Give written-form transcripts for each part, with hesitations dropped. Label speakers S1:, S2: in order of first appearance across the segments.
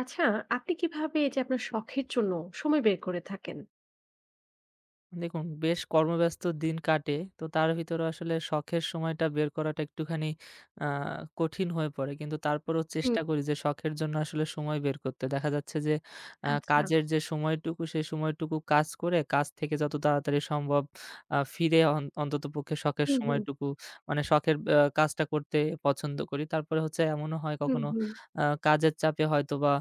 S1: আচ্ছা, আপনি কিভাবে এই যে আপনার শখের জন্য সময় বের করে থাকেন?
S2: দেখুন বেশ কর্মব্যস্ত দিন কাটে। তো তার ভিতরে আসলে শখের সময়টা বের করাটা একটুখানি আ কঠিন হয়ে পড়ে। কিন্তু তারপরেও
S1: হুম।
S2: চেষ্টা করি যে শখের জন্য আসলে সময় বের করতে। দেখা যাচ্ছে যে
S1: আচ্ছা।
S2: কাজের যে সময়টুকু সেই সময়টুকু কাজ করে কাজ থেকে যত তাড়াতাড়ি সম্ভব ফিরে অন্ততপক্ষে শখের
S1: হুম, হুম,
S2: সময়টুকু মানে শখের কাজটা করতে পছন্দ করি। তারপরে হচ্ছে এমনও হয়
S1: হুম,
S2: কখনো
S1: হুম।
S2: কাজের চাপে হয়তোবা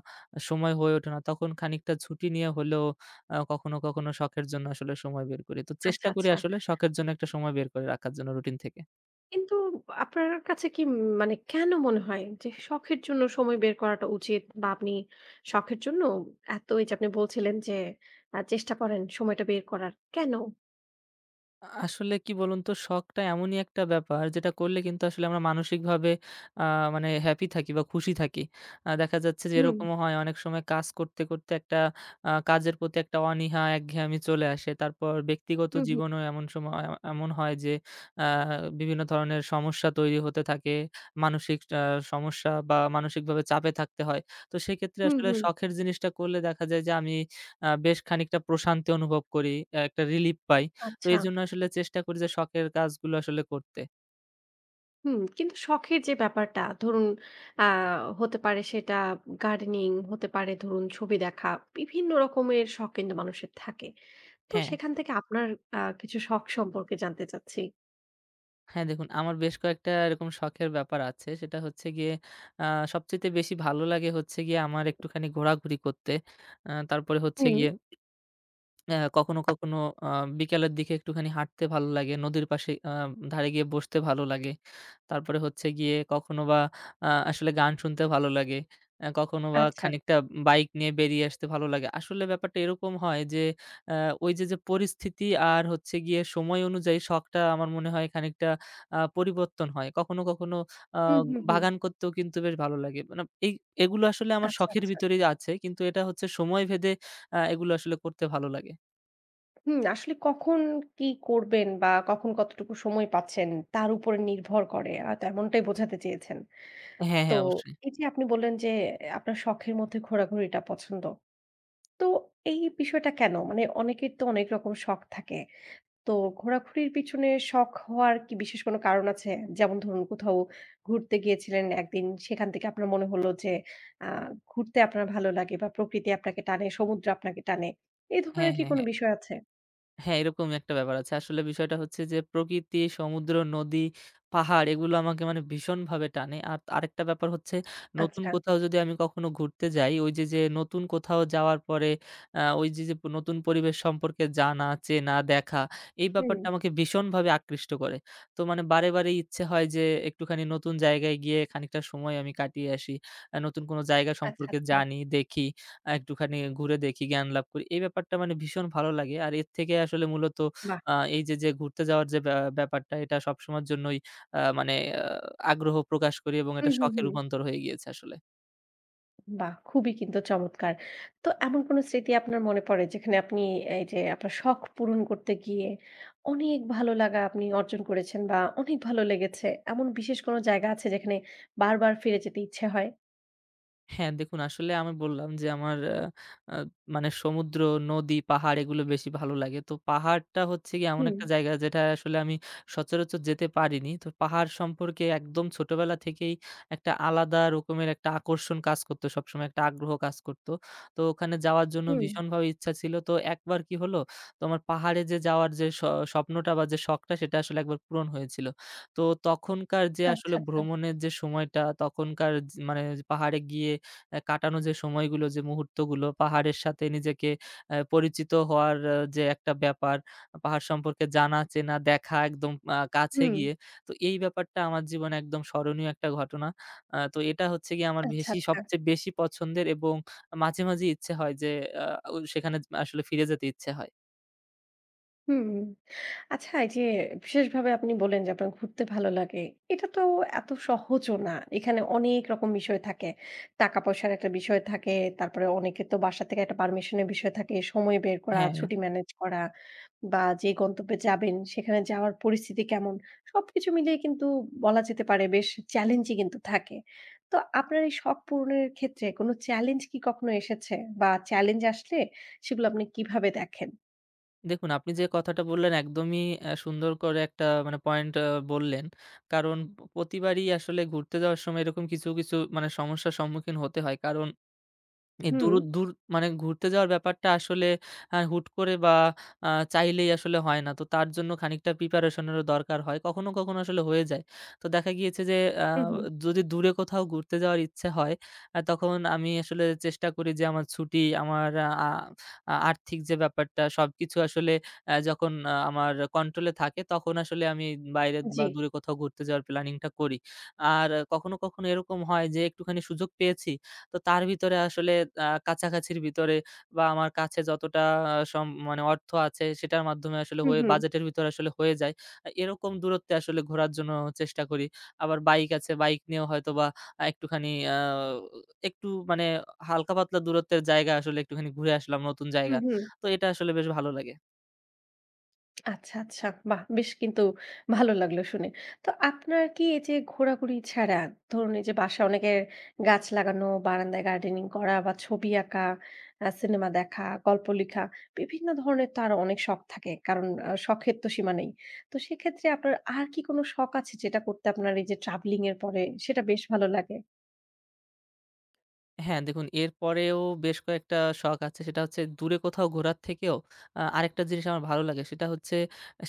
S2: সময় হয়ে ওঠে না। তখন খানিকটা ছুটি নিয়ে হলেও কখনো, কখনো শখের জন্য আসলে সময় বের করি। তো চেষ্টা
S1: আচ্ছা,
S2: করি
S1: আচ্ছা।
S2: আসলে শখের জন্য একটা সময় বের করে রাখার জন্য রুটিন থেকে।
S1: কিন্তু আপনার কাছে কি মানে কেন মনে হয় যে শখের জন্য সময় বের করাটা উচিত? বা আপনি শখের জন্য এত এই যে আপনি বলছিলেন যে চেষ্টা করেন সময়টা বের করার। কেন?
S2: আসলে কি বলুন তো, শখটা এমনই একটা ব্যাপার যেটা করলে কিন্তু আসলে আমরা মানসিকভাবে আ মানে হ্যাপি থাকি বা খুশি থাকি। দেখা যাচ্ছে যে
S1: হুম,
S2: এরকমও হয় অনেক সময় কাজ করতে, করতে একটা কাজের প্রতি একটা অনীহা, একঘেয়েমি চলে আসে। তারপর ব্যক্তিগত
S1: হুম, হুম,
S2: জীবনেও এমন সময় এমন হয় যে আ বিভিন্ন ধরনের সমস্যা তৈরি হতে থাকে। মানসিক সমস্যা বা মানসিকভাবে চাপে থাকতে হয়। তো সেক্ষেত্রে
S1: হুম,
S2: আসলে
S1: হুম।
S2: শখের জিনিসটা করলে দেখা যায় যে আমি বেশ খানিকটা প্রশান্তি অনুভব করি, একটা রিলিফ পাই। তো
S1: আচ্ছা।
S2: এজন্য আসলে চেষ্টা করি যে শখের কাজগুলো আসলে করতে।
S1: হুম, কিন্তু শখের যে ব্যাপারটা ধরুন আ হতে পারে সেটা গার্ডেনিং হতে পারে ধরুন ছবি দেখা। বিভিন্ন রকমের শখ কিন্তু মানুষের থাকে। তো
S2: হ্যাঁ।
S1: সেখান থেকে আপনার কিছু শখ সম্পর্কে জানতে চাচ্ছি।
S2: হ্যাঁ, দেখুন আমার বেশ কয়েকটা এরকম শখের ব্যাপার আছে। সেটা হচ্ছে গিয়ে আ সবচাইতে বেশি ভালো লাগে হচ্ছে গিয়ে আমার একটুখানি ঘোরাঘুরি করতে। তারপরে হচ্ছে
S1: হুম,
S2: গিয়ে কখনো, কখনো আ বিকালের দিকে একটুখানি হাঁটতে ভালো লাগে। নদীর পাশে ধারে গিয়ে বসতে ভালো লাগে। তারপরে হচ্ছে গিয়ে কখনো বা আসলে গান শুনতে ভালো লাগে। কখনো বা
S1: আচ্ছা।
S2: খানিকটা বাইক নিয়ে বেরিয়ে আসতে ভালো লাগে। আসলে ব্যাপারটা এরকম হয় যে অ্যা ওই যে, যে পরিস্থিতি আর হচ্ছে গিয়ে সময় অনুযায়ী শখটা আমার মনে হয় খানিকটা পরিবর্তন হয়। কখনো, কখনো আ
S1: হুম, হুম, হুম।
S2: বাগান করতেও কিন্তু বেশ ভালো লাগে। মানে এই এগুলো আসলে আমার
S1: আচ্ছা,
S2: শখের
S1: আচ্ছা।
S2: ভিতরেই আছে। কিন্তু এটা হচ্ছে সময় ভেদে এগুলো আসলে করতে ভালো লাগে।
S1: হুম, আসলে কখন কি করবেন বা কখন কতটুকু সময় পাচ্ছেন তার উপরে নির্ভর করে। হয়তো এমনটাই বোঝাতে চেয়েছেন।
S2: হ্যাঁ,
S1: তো
S2: হ্যাঁ, অবশ্যই।
S1: এই যে আপনি বললেন যে, আপনার শখের মধ্যে ঘোরাঘুরিটা পছন্দ। তো এই বিষয়টা কেন? মানে অনেকের তো অনেক রকম শখ থাকে। তো ঘোরাঘুরির পিছনে শখ হওয়ার কি বিশেষ কোনো কারণ আছে? যেমন ধরুন কোথাও ঘুরতে গিয়েছিলেন একদিন সেখান থেকে আপনার মনে হলো যে আ ঘুরতে আপনার ভালো লাগে বা প্রকৃতি আপনাকে টানে, সমুদ্র আপনাকে টানে। এই
S2: হ্যাঁ,
S1: ধরনের কি
S2: হ্যাঁ,
S1: কোনো
S2: হ্যাঁ।
S1: বিষয় আছে?
S2: হ্যাঁ, এরকম একটা ব্যাপার আছে। আসলে বিষয়টা হচ্ছে যে প্রকৃতি, সমুদ্র, নদী, পাহাড় এগুলো আমাকে মানে ভীষণভাবে টানে। আর আরেকটা ব্যাপার হচ্ছে নতুন
S1: আচ্ছা।
S2: কোথাও যদি আমি কখনো ঘুরতে যাই, ওই যে, যে নতুন কোথাও যাওয়ার পরে ওই যে, যে নতুন পরিবেশ সম্পর্কে জানা, চেনা, দেখা এই
S1: হুম।
S2: ব্যাপারটা আমাকে ভীষণভাবে আকৃষ্ট করে। তো মানে বারে, বারে ইচ্ছে হয় যে একটুখানি নতুন জায়গায় গিয়ে খানিকটা সময় আমি কাটিয়ে আসি। নতুন কোনো জায়গা
S1: আচ্ছা,
S2: সম্পর্কে
S1: আচ্ছা।
S2: জানি, দেখি। একটুখানি ঘুরে দেখি, জ্ঞান লাভ করি। এই ব্যাপারটা মানে ভীষণ ভালো লাগে। আর এর থেকে আসলে মূলত
S1: বাহ!
S2: এই যে, যে ঘুরতে যাওয়ার যে ব্যাপারটা এটা সবসময়ের জন্যই মানে আ আগ্রহ প্রকাশ করি এবং
S1: হুম,
S2: এটা
S1: হুম,
S2: শখে
S1: হুম।
S2: রূপান্তর হয়ে গিয়েছে আসলে।
S1: বাহ! খুবই কিন্তু চমৎকার। তো এমন কোনো স্মৃতি আপনার মনে পড়ে যেখানে আপনি এই যে আপনার শখ পূরণ করতে গিয়ে অনেক ভালো লাগা আপনি অর্জন করেছেন বা অনেক ভালো লেগেছে। এমন বিশেষ কোনো জায়গা আছে যেখানে বারবার ফিরে যেতে ইচ্ছে হয়?
S2: হ্যাঁ, দেখুন আসলে আমি বললাম যে আমার আ আ মানে সমুদ্র, নদী, পাহাড় এগুলো বেশি ভালো লাগে। তো পাহাড়টা হচ্ছে গিয়ে এমন
S1: হুম,
S2: একটা জায়গা যেটা আসলে আমি সচরাচর যেতে পারিনি। তো পাহাড় সম্পর্কে একদম ছোটবেলা থেকেই একটা আলাদা রকমের একটা আকর্ষণ কাজ করতো সবসময়, একটা আগ্রহ কাজ করতো। তো ওখানে যাওয়ার জন্য
S1: হুম।
S2: ভীষণভাবে ইচ্ছা ছিল। তো একবার কি হলো, তো আমার পাহাড়ে যে যাওয়ার যে স্বপ্নটা বা যে শখটা সেটা আসলে একবার পূরণ হয়েছিল। তো তখনকার যে আসলে
S1: আচ্ছা, আচ্ছা।
S2: ভ্রমণের যে সময়টা, তখনকার মানে পাহাড়ে গিয়ে কাটানো যে সময়গুলো, যে মুহূর্তগুলো, পাহাড়ের সাথে নিজেকে পরিচিত হওয়ার যে একটা ব্যাপার, পাহাড় সম্পর্কে জানা, চেনা, দেখা একদম কাছে
S1: হুম,
S2: গিয়ে। তো এই ব্যাপারটা আমার জীবনে একদম স্মরণীয় একটা ঘটনা। তো এটা হচ্ছে গিয়ে আমার
S1: আচ্ছা, আচ্ছা।
S2: সবচেয়ে বেশি পছন্দের এবং মাঝে, মাঝে ইচ্ছে হয় যে আ সেখানে আসলে ফিরে যেতে ইচ্ছে হয়।
S1: হুম। আচ্ছা এই যে বিশেষভাবে আপনি বললেন যে আপনার ঘুরতে ভালো লাগে। এটা তো এত সহজও না। এখানে অনেক রকম বিষয় থাকে। টাকা পয়সার একটা বিষয় থাকে। তারপরে অনেকে তো বাসা থেকে একটা পারমিশন এর বিষয় থাকে। সময় বের করা,
S2: হ্যাঁ।
S1: ছুটি ম্যানেজ করা বা যে গন্তব্যে যাবেন সেখানে যাওয়ার পরিস্থিতি কেমন? সবকিছু মিলিয়ে কিন্তু বলা যেতে পারে বেশ চ্যালেঞ্জই কিন্তু থাকে। তো আপনার এই শখ পূরণের ক্ষেত্রে কোনো চ্যালেঞ্জ কি কখনো এসেছে? বা চ্যালেঞ্জ আসলে সেগুলো আপনি কিভাবে দেখেন?
S2: দেখুন, আপনি যে কথাটা বললেন একদমই সুন্দর করে একটা মানে পয়েন্ট বললেন। কারণ প্রতিবারই আসলে ঘুরতে যাওয়ার সময় এরকম কিছু, কিছু মানে সমস্যার সম্মুখীন হতে হয়। কারণ
S1: হুম,
S2: দূর, দূর মানে ঘুরতে যাওয়ার ব্যাপারটা আসলে হুট করে বা চাইলেই আসলে হয় না। তো তার জন্য খানিকটা প্রিপারেশন এরও দরকার হয়। কখনো, কখনো আসলে হয়ে যায়। তো দেখা গিয়েছে যে আ
S1: হু, হু।
S2: যদি দূরে কোথাও ঘুরতে যাওয়ার ইচ্ছে হয়, তখন আমি আসলে চেষ্টা করি যে আমার ছুটি, আমার আহ, আ আ আর্থিক যে ব্যাপারটা সবকিছু আসলে যখন আমার কন্ট্রোলে থাকে তখন আসলে আমি বাইরে
S1: জি।
S2: বা দূরে কোথাও ঘুরতে যাওয়ার প্ল্যানিংটা করি। আর কখনো, কখনো এরকম হয় যে একটুখানি সুযোগ পেয়েছি তো তার ভিতরে আসলে কাছাকাছির ভিতরে বা আমার কাছে যতটা আহ, সম মানে অর্থ আছে সেটার মাধ্যমে আসলে
S1: হু, হু।
S2: বাজেটের ভিতরে আসলে হয়ে যায়। এরকম দূরত্বে আসলে ঘোরার জন্য চেষ্টা করি। আবার বাইক আছে, বাইক নিয়েও হয়তোবা একটুখানি একটু মানে হালকা পাতলা দূরত্বের জায়গা আসলে একটুখানি ঘুরে আসলাম নতুন জায়গা।
S1: হুম, হুম।
S2: তো এটা আসলে বেশ ভালো লাগে।
S1: আচ্ছা, আচ্ছা। বাহ! বেশ কিন্তু ভালো লাগলো শুনে। তো আপনার কি এই যে ঘোরাঘুরি ছাড়া ধরুন এই যে বাসায় অনেকের গাছ লাগানো, বারান্দায় গার্ডেনিং করা বা ছবি আঁকা, সিনেমা দেখা, গল্প লিখা বিভিন্ন ধরনের তো আরো অনেক শখ থাকে। কারণ শখের তো সীমা নেই। তো সেক্ষেত্রে আপনার আর কি কোনো শখ আছে যেটা করতে আপনার এই যে ট্রাভেলিং এর পরে সেটা বেশ ভালো লাগে?
S2: হ্যাঁ, দেখুন এরপরেও বেশ কয়েকটা শখ আছে। সেটা হচ্ছে দূরে কোথাও ঘোরার থেকেও আরেকটা জিনিস আমার ভালো লাগে। সেটা হচ্ছে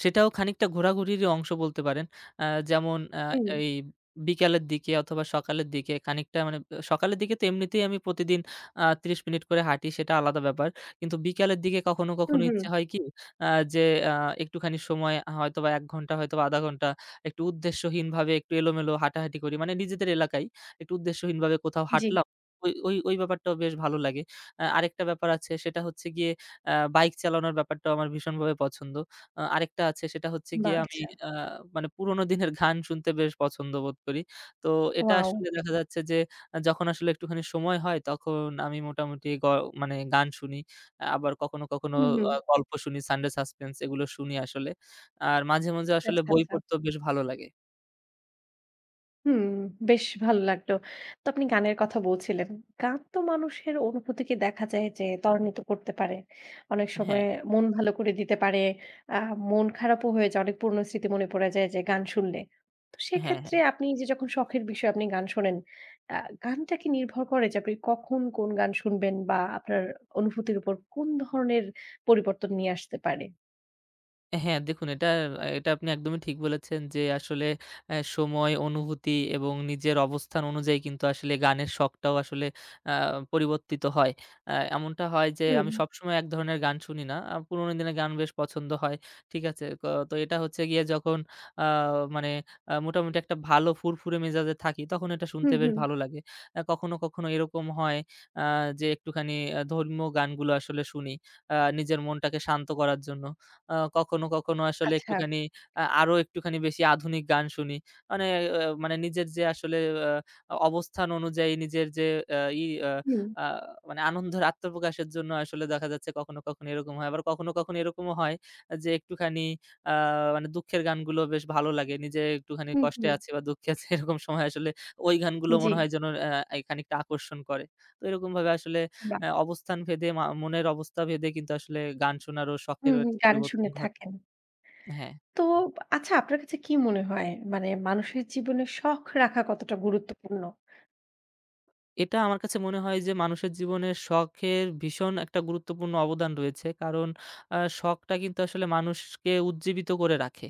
S2: সেটাও খানিকটা ঘোরাঘুরিরই অংশ বলতে পারেন। আ যেমন
S1: হুম,
S2: এই বিকালের দিকে অথবা সকালের দিকে খানিকটা মানে সকালের দিকে তো এমনিতেই আমি প্রতিদিন ৩০ মিনিট করে হাঁটি সেটা আলাদা ব্যাপার। কিন্তু বিকালের দিকে কখনো,
S1: হুম,
S2: কখনো
S1: হুম।
S2: ইচ্ছে হয় কি আ যে আ একটুখানি সময় হয়তোবা ১ ঘন্টা হয়তোবা ০.৫ ঘন্টা একটু উদ্দেশ্যহীনভাবে একটু এলোমেলো হাঁটাহাঁটি করি। মানে নিজেদের এলাকায় একটু উদ্দেশ্যহীনভাবে কোথাও
S1: জি।
S2: হাঁটলাম। ওই ওই ওই ব্যাপারটাও বেশ ভালো লাগে। আরেকটা ব্যাপার আছে সেটা হচ্ছে গিয়ে বাইক চালানোর ব্যাপারটাও আমার ভীষণভাবে পছন্দ। আরেকটা আছে সেটা হচ্ছে গিয়ে
S1: বাহ!
S2: আমি
S1: আচ্ছা।
S2: আ মানে পুরোনো দিনের গান শুনতে বেশ পছন্দ বোধ করি। তো এটা
S1: ওয়াও!
S2: আসলে দেখা যাচ্ছে যে যখন আসলে একটুখানি সময় হয় তখন আমি মোটামুটি মানে গান শুনি। আবার কখনো, কখনো
S1: হুম, হুম।
S2: গল্প শুনি, সানডে সাসপেন্স এগুলো শুনি আসলে। আর মাঝে, মাঝে আসলে
S1: আচ্ছা,
S2: বই
S1: আচ্ছা।
S2: পড়তেও বেশ ভালো লাগে।
S1: হুম, বেশ ভালো লাগলো। তো আপনি গানের কথা বলছিলেন। গান তো মানুষের অনুভূতিকে দেখা যায় যে ত্বরান্বিত করতে পারে। অনেক
S2: হ্যাঁ,
S1: সময় মন ভালো করে দিতে পারে। আ মন খারাপও হয়ে যায়। অনেক পুরনো স্মৃতি মনে পড়ে যায় যে গান শুনলে। তো
S2: হ্যাঁ,
S1: সেক্ষেত্রে
S2: হ্যাঁ।
S1: আপনি যে যখন শখের বিষয়ে আপনি গান শোনেন, আ গানটা কি নির্ভর করে যে আপনি কখন কোন গান শুনবেন বা আপনার অনুভূতির উপর কোন ধরনের পরিবর্তন নিয়ে আসতে পারে?
S2: হ্যাঁ, দেখুন এটা এটা আপনি একদমই ঠিক বলেছেন যে আসলে সময়, অনুভূতি এবং নিজের অবস্থান অনুযায়ী কিন্তু আসলে গানের শখটাও আসলে আ পরিবর্তিত হয়। এমনটা হয় যে
S1: হুম,
S2: আমি সবসময় এক ধরনের গান শুনি না। পুরোনো দিনের গান বেশ পছন্দ হয়। ঠিক আছে? তো এটা হচ্ছে গিয়ে যখন আ মানে মোটামুটি একটা ভালো ফুরফুরে মেজাজে থাকি তখন এটা শুনতে
S1: হুম,
S2: বেশ
S1: হুম।
S2: ভালো লাগে। কখনো, কখনো এরকম হয় আ যে একটুখানি ধর্মীয় গানগুলো আসলে শুনি নিজের মনটাকে শান্ত করার জন্য। কখনো, কখনো আসলে
S1: আচ্ছা।
S2: একটুখানি আরো একটুখানি বেশি আধুনিক গান শুনি। মানে আ মানে নিজের যে আসলে অবস্থান অনুযায়ী নিজের যে আ ই আ
S1: হুম,
S2: আ মানে আনন্দের আত্মপ্রকাশের জন্য আসলে দেখা যাচ্ছে কখনো, কখনো এরকম হয়। আবার কখনো, কখনো এরকমও হয় যে একটুখানি আ মানে দুঃখের গানগুলো বেশ ভালো লাগে। নিজে একটুখানি
S1: হুম,
S2: কষ্টে
S1: হুম।
S2: আছি বা দুঃখে আছি এরকম সময় আসলে ওই গানগুলো
S1: জি,
S2: মনে হয় যেন খানিকটা আকর্ষণ করে। তো এরকমভাবে আসলে
S1: বাহ!
S2: অবস্থান ভেদে মনের অবস্থা ভেদে কিন্তু আসলে গান শোনারও
S1: হুম,
S2: শখেরও
S1: হুম,
S2: একটা
S1: গান
S2: পরিবর্তন
S1: শুনে
S2: ঘটে।
S1: থাকেন।
S2: হ্যাঁ।
S1: তো আচ্ছা আপনার কাছে কি মনে হয় মানে মানুষের জীবনে শখ রাখা কতটা গুরুত্বপূর্ণ?
S2: এটা আমার কাছে মনে হয় যে মানুষের জীবনে শখের ভীষণ একটা গুরুত্বপূর্ণ অবদান রয়েছে। কারণ শখটা কিন্তু আসলে মানুষকে উজ্জীবিত করে রাখে।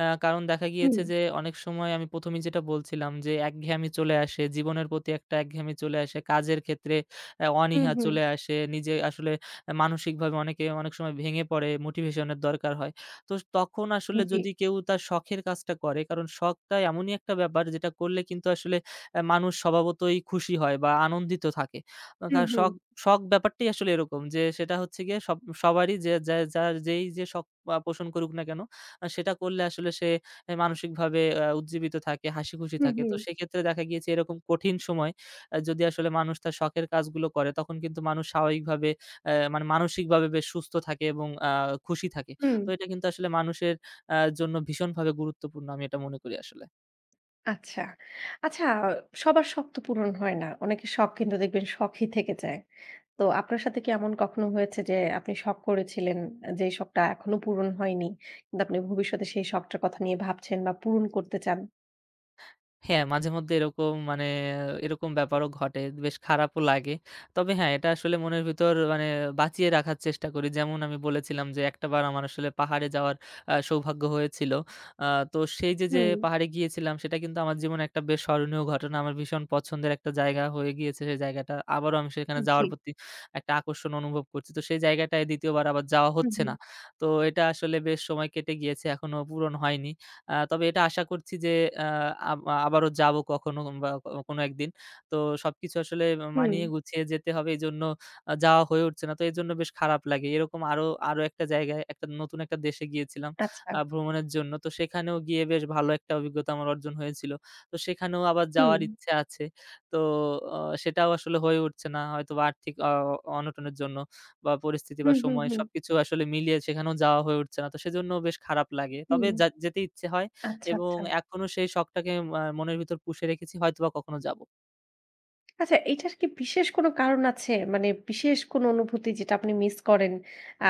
S2: কারণ দেখা
S1: হুম,
S2: গিয়েছে যে অনেক সময় আমি ১ম এই যেটা বলছিলাম যে একঘেয়েমি চলে আসে, জীবনের প্রতি একটা একঘেয়েমি চলে আসে, কাজের ক্ষেত্রে
S1: হুম,
S2: অনীহা
S1: হুম।
S2: চলে আসে, নিজে আসলে মানসিকভাবে অনেকে অনেক সময় ভেঙে পড়ে, মোটিভেশন এর দরকার হয়। তো তখন আসলে
S1: জি।
S2: যদি কেউ তার শখের কাজটা করে, কারণ শখটা এমনই একটা ব্যাপার যেটা করলে কিন্তু আসলে মানুষ স্বভাবতই খুশি হয় বা আনন্দিত থাকে।
S1: হুম,
S2: কারণ
S1: হুম,
S2: শখ ব্যাপারটাই আসলে এরকম যে সেটা হচ্ছে গিয়ে সবারই যে যা যার যেই যে শখ পোষণ করুক না কেন, সেটা করলে আসলে সে মানসিকভাবে উজ্জীবিত থাকে, হাসিখুশি
S1: হুম,
S2: থাকে। তো
S1: হুম,
S2: সেক্ষেত্রে দেখা গিয়েছে এরকম কঠিন সময় যদি আসলে মানুষ তার শখের কাজগুলো করে তখন কিন্তু মানুষ স্বাভাবিকভাবে মানে মানসিকভাবে বেশ সুস্থ থাকে এবং খুশি থাকে।
S1: হুম।
S2: তো এটা কিন্তু আসলে মানুষের জন্য ভীষণভাবে গুরুত্বপূর্ণ আমি এটা মনে করি আসলে।
S1: আচ্ছা। আচ্ছা সবার শখ তো পূরণ হয় না। অনেকের শখ কিন্তু দেখবেন শখই থেকে যায়। তো আপনার সাথে কি এমন কখনো হয়েছে যে আপনি শখ করেছিলেন যে শখটা এখনো পূরণ হয়নি। কিন্তু আপনি ভবিষ্যতে সেই শখটার কথা নিয়ে ভাবছেন বা পূরণ করতে চান?
S2: হ্যাঁ, মাঝে মধ্যে এরকম মানে এরকম ব্যাপারও ঘটে। বেশ খারাপও লাগে। তবে হ্যাঁ, এটা আসলে মনের ভিতর মানে বাঁচিয়ে রাখার চেষ্টা করি। যেমন আমি বলেছিলাম যে, একটাবার আমার আসলে পাহাড়ে যাওয়ার সৌভাগ্য হয়েছিল। আ তো সেই যে, যে
S1: হুম,
S2: পাহাড়ে গিয়েছিলাম সেটা কিন্তু আমার জীবনে একটা বেশ স্মরণীয় ঘটনা। আমার ভীষণ পছন্দের একটা জায়গা হয়ে গিয়েছে সেই জায়গাটা। আবারও আমি সেখানে
S1: জি।
S2: যাওয়ার প্রতি একটা আকর্ষণ অনুভব করছি। তো সেই জায়গাটায় ২য় বার আবার যাওয়া
S1: হুম,
S2: হচ্ছে
S1: হুম,
S2: না। তো এটা আসলে বেশ সময় কেটে গিয়েছে। এখনো পূরণ হয়নি। তবে এটা আশা করছি যে আব আবারও যাবো কখনো বা কোনো একদিন। তো সবকিছু আসলে
S1: হুম।
S2: মানিয়ে গুছিয়ে যেতে হবে এজন্য যাওয়া হয়ে উঠছে না। তো এজন্য বেশ খারাপ লাগে। এরকম আরো, আরো একটা জায়গায় একটা নতুন একটা দেশে গিয়েছিলাম
S1: আচ্ছা।
S2: ভ্রমণের জন্য। তো সেখানেও গিয়ে বেশ ভালো একটা অভিজ্ঞতা আমার অর্জন হয়েছিল। তো সেখানেও আবার
S1: হুম,
S2: যাওয়ার ইচ্ছে আছে। তো অ সেটাও আসলে হয়ে উঠছে না। হয়তোবা আর্থিক অনটনের জন্য বা পরিস্থিতি বা
S1: হুম, হুম,
S2: সময়
S1: হুম,
S2: সবকিছু আসলে মিলিয়ে সেখানেও যাওয়া হয়ে উঠছে না। তো সেজন্য বেশ খারাপ লাগে। তবে
S1: হুম।
S2: যেতে ইচ্ছে হয়
S1: আচ্ছা,
S2: এবং
S1: আচ্ছা।
S2: এখনো সেই শখটাকে মনের ভিতর পুষে রেখেছি। হয়তোবা কখনো যাবো।
S1: আচ্ছা, এটার কি বিশেষ কোনো কারণ আছে? মানে বিশেষ কোনো অনুভূতি যেটা আপনি মিস করেন?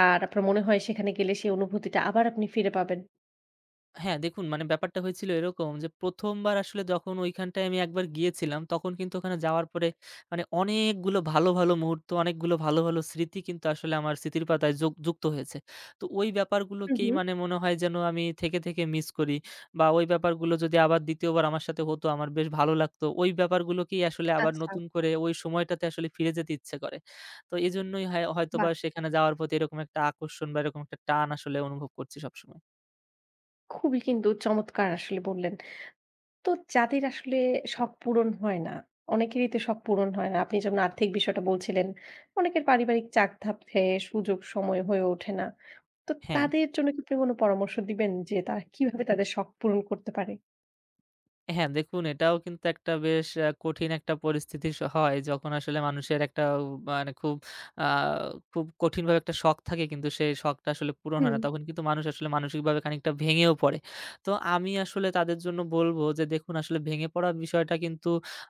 S1: আর আপনার মনে হয় সেখানে গেলে সেই অনুভূতিটা আবার আপনি ফিরে পাবেন?
S2: হ্যাঁ, দেখুন মানে ব্যাপারটা হয়েছিল এরকম যে ১ম বার আসলে যখন ঐখানটায় আমি একবার গিয়েছিলাম, তখন কিন্তু ওখানে যাওয়ার পরে মানে অনেকগুলো ভালো, ভালো মুহূর্ত, অনেকগুলো ভালো, ভালো স্মৃতি কিন্তু আসলে আমার স্মৃতির পাতায় যুক্ত হয়েছে। তো ওই
S1: হুম,
S2: ব্যাপারগুলোকেই
S1: হুম।
S2: মানে মনে হয় যেন আমি থেকে, থেকে মিস করি বা ওই ব্যাপারগুলো যদি আবার ২য় বার আমার সাথে হতো আমার বেশ ভালো লাগতো। ওই ব্যাপারগুলোকেই আসলে আবার
S1: আচ্ছা,
S2: নতুন করে ওই সময়টাতে আসলে ফিরে যেতে ইচ্ছে করে। তো এজন্যই হয় হয়তোবা
S1: বাহ!
S2: সেখানে যাওয়ার প্রতি এরকম একটা আকর্ষণ বা এরকম একটা টান আসলে অনুভব করছি সবসময়।
S1: খুবই কিন্তু চমৎকার আসলে বললেন। তো যাদের আসলে শখ পূরণ হয় না, অনেকেরই তো শখ পূরণ হয় না। আপনি যেমন আর্থিক বিষয়টা বলছিলেন, অনেকের পারিবারিক চাপধাপে সুযোগ সময় হয়ে ওঠে না। তো
S2: হ্যাঁ।
S1: তাদের জন্য কি আপনি কোনো পরামর্শ দিবেন যে তারা কিভাবে তাদের শখ পূরণ করতে পারে?
S2: হ্যাঁ, দেখুন এটাও কিন্তু একটা বেশ কঠিন একটা পরিস্থিতি হয় যখন আসলে মানুষের একটা মানে খুব আ খুব কঠিনভাবে একটা শখ থাকে কিন্তু সেই শখটা আসলে পূরণ হয়
S1: হুম,
S2: না। তখন কিন্তু মানুষ আসলে মানসিকভাবে খানিকটা ভেঙেও পড়ে। তো আমি আসলে তাদের জন্য বলব যে দেখুন আসলে ভেঙে পড়া বিষয়টা কিন্তু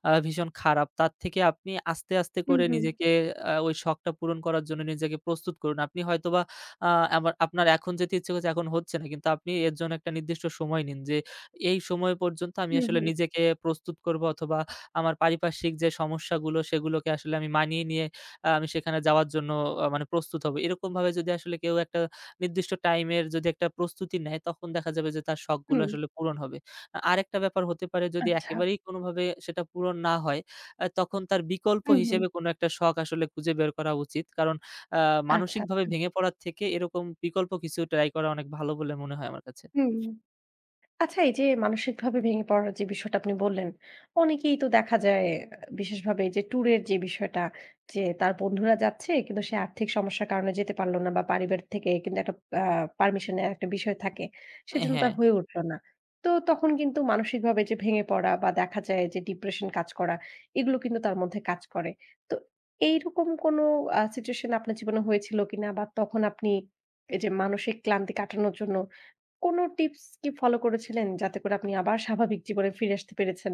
S2: ভীষণ খারাপ। তার থেকে আপনি আস্তে, আস্তে
S1: হুম,
S2: করে
S1: হুম,
S2: নিজেকে ওই শখটা পূরণ করার জন্য নিজেকে প্রস্তুত করুন। আপনি হয়তোবা আ আবার আপনার এখন যেতে ইচ্ছে করছে এখন হচ্ছে না। কিন্তু আপনি এর জন্য একটা নির্দিষ্ট সময় নিন যে এই সময় পর্যন্ত আমি
S1: হুম,
S2: আসলে
S1: হুম,
S2: নিজেকে প্রস্তুত করব অথবা আমার পারিপার্শ্বিক যে সমস্যাগুলো সেগুলোকে আসলে আমি মানিয়ে নিয়ে আমি সেখানে যাওয়ার জন্য মানে প্রস্তুত হব। এরকমভাবে যদি আসলে কেউ একটা নির্দিষ্ট টাইমের যদি একটা প্রস্তুতি নেয় তখন দেখা যাবে যে তার শখগুলো
S1: হুম।
S2: আসলে পূরণ হবে। আরেকটা ব্যাপার হতে পারে যদি
S1: আচ্ছা।
S2: একেবারেই কোনোভাবে সেটা পূরণ না হয় তখন তার বিকল্প
S1: হুম, হুম।
S2: হিসেবে কোনো একটা শখ আসলে খুঁজে বের করা উচিত। কারণ আ
S1: আচ্ছা,
S2: মানসিকভাবে
S1: আচ্ছা।
S2: ভেঙে পড়ার থেকে এরকম বিকল্প কিছু ট্রাই করা অনেক ভালো বলে মনে হয় আমার কাছে।
S1: হুম। আচ্ছা এই যে মানসিকভাবে ভেঙে পড়ার যে বিষয়টা আপনি বললেন, অনেকেই তো দেখা যায় বিশেষভাবে এই যে ট্যুরের যে বিষয়টা যে তার বন্ধুরা যাচ্ছে কিন্তু সে আর্থিক সমস্যার কারণে যেতে পারল না বা পরিবার থেকে কিন্তু একটা আ পারমিশন এর একটা বিষয় থাকে। সেজন্য
S2: হ্যাঁ।
S1: তার হয়ে উঠল না। তো তখন কিন্তু মানসিকভাবে যে ভেঙে পড়া বা দেখা যায় যে ডিপ্রেশন কাজ করা এগুলো কিন্তু তার মধ্যে কাজ করে। তো এইরকম কোনো সিচুয়েশন আপনার জীবনে হয়েছিল কিনা বা তখন আপনি এই যে মানসিক ক্লান্তি কাটানোর জন্য কোনো টিপস কি ফলো করেছিলেন যাতে করে আপনি আবার স্বাভাবিক জীবনে ফিরে আসতে পেরেছেন?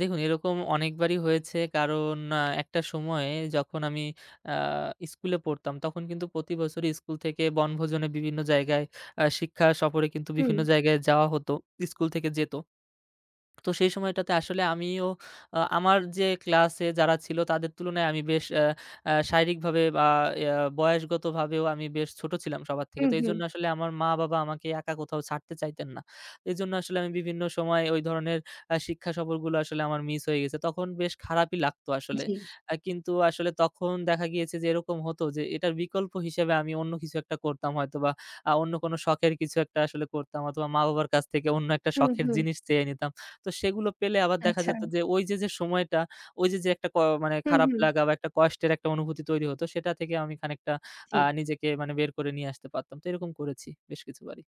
S2: দেখুন এরকম অনেকবারই হয়েছে কারণ একটা সময়ে যখন আমি আ স্কুলে পড়তাম তখন কিন্তু প্রতি বছরই স্কুল থেকে বনভোজনে বিভিন্ন জায়গায় শিক্ষা সফরে কিন্তু
S1: হুম,
S2: বিভিন্ন জায়গায় যাওয়া হতো। স্কুল থেকে যেত। তো সেই সময়টাতে আসলে আমিও আমার যে ক্লাসে যারা ছিল তাদের তুলনায় আমি বেশ আ আ শারীরিকভাবে বা বয়সগতভাবেও আমি বেশ ছোট ছিলাম সবার থেকে।
S1: হুম,
S2: তো
S1: হুম।
S2: এইজন্য আসলে আমার মা-বাবা আমাকে একা কোথাও ছাড়তে চাইতেন না। এজন্য আসলে আমি বিভিন্ন সময় ওই ধরনের শিক্ষা সফরগুলো আসলে আমার মিস হয়ে গেছে। তখন বেশ খারাপই লাগতো আসলে।
S1: জি।
S2: কিন্তু আসলে তখন দেখা গিয়েছে যে এরকম হতো যে এটার বিকল্প হিসেবে আমি অন্য কিছু একটা করতাম হয়তোবা অন্য কোনো শখের কিছু একটা আসলে করতাম অথবা মা-বাবার কাছ থেকে অন্য একটা
S1: হুম,
S2: শখের
S1: হুম।
S2: জিনিস চেয়ে নিতাম। তো সেগুলো পেলে আবার দেখা
S1: আচ্ছা।
S2: যেত যে ওই যে, যে সময়টা ওই যে, যে একটা মানে
S1: হুম,
S2: খারাপ
S1: হুম।
S2: লাগা বা একটা কষ্টের একটা অনুভূতি তৈরি হতো সেটা থেকে আমি খানিকটা
S1: জি।
S2: নিজেকে মানে বের করে নিয়ে আসতে পারতাম। তো এরকম করেছি বেশ কিছুবারই।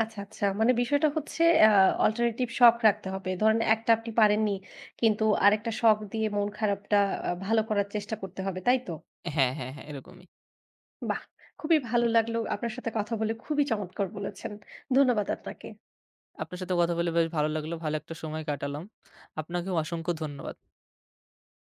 S1: আচ্ছা, আচ্ছা। মানে বিষয়টা হচ্ছে আ অল্টারনেটিভ শখ রাখতে হবে। ধরেন একটা আপনি পারেননি, কিন্তু আরেকটা শখ দিয়ে মন খারাপটা ভালো করার চেষ্টা করতে হবে, তাই তো?
S2: হ্যাঁ, হ্যাঁ, হ্যাঁ এরকমই।
S1: বাহ! খুবই ভালো লাগলো। আপনার সাথে কথা বলে খুবই চমৎকার বলেছেন। ধন্যবাদ আপনাকে।
S2: আপনার সাথে কথা বলে বেশ ভালো লাগলো। ভালো একটা সময় কাটালাম। আপনাকেও অসংখ্য ধন্যবাদ।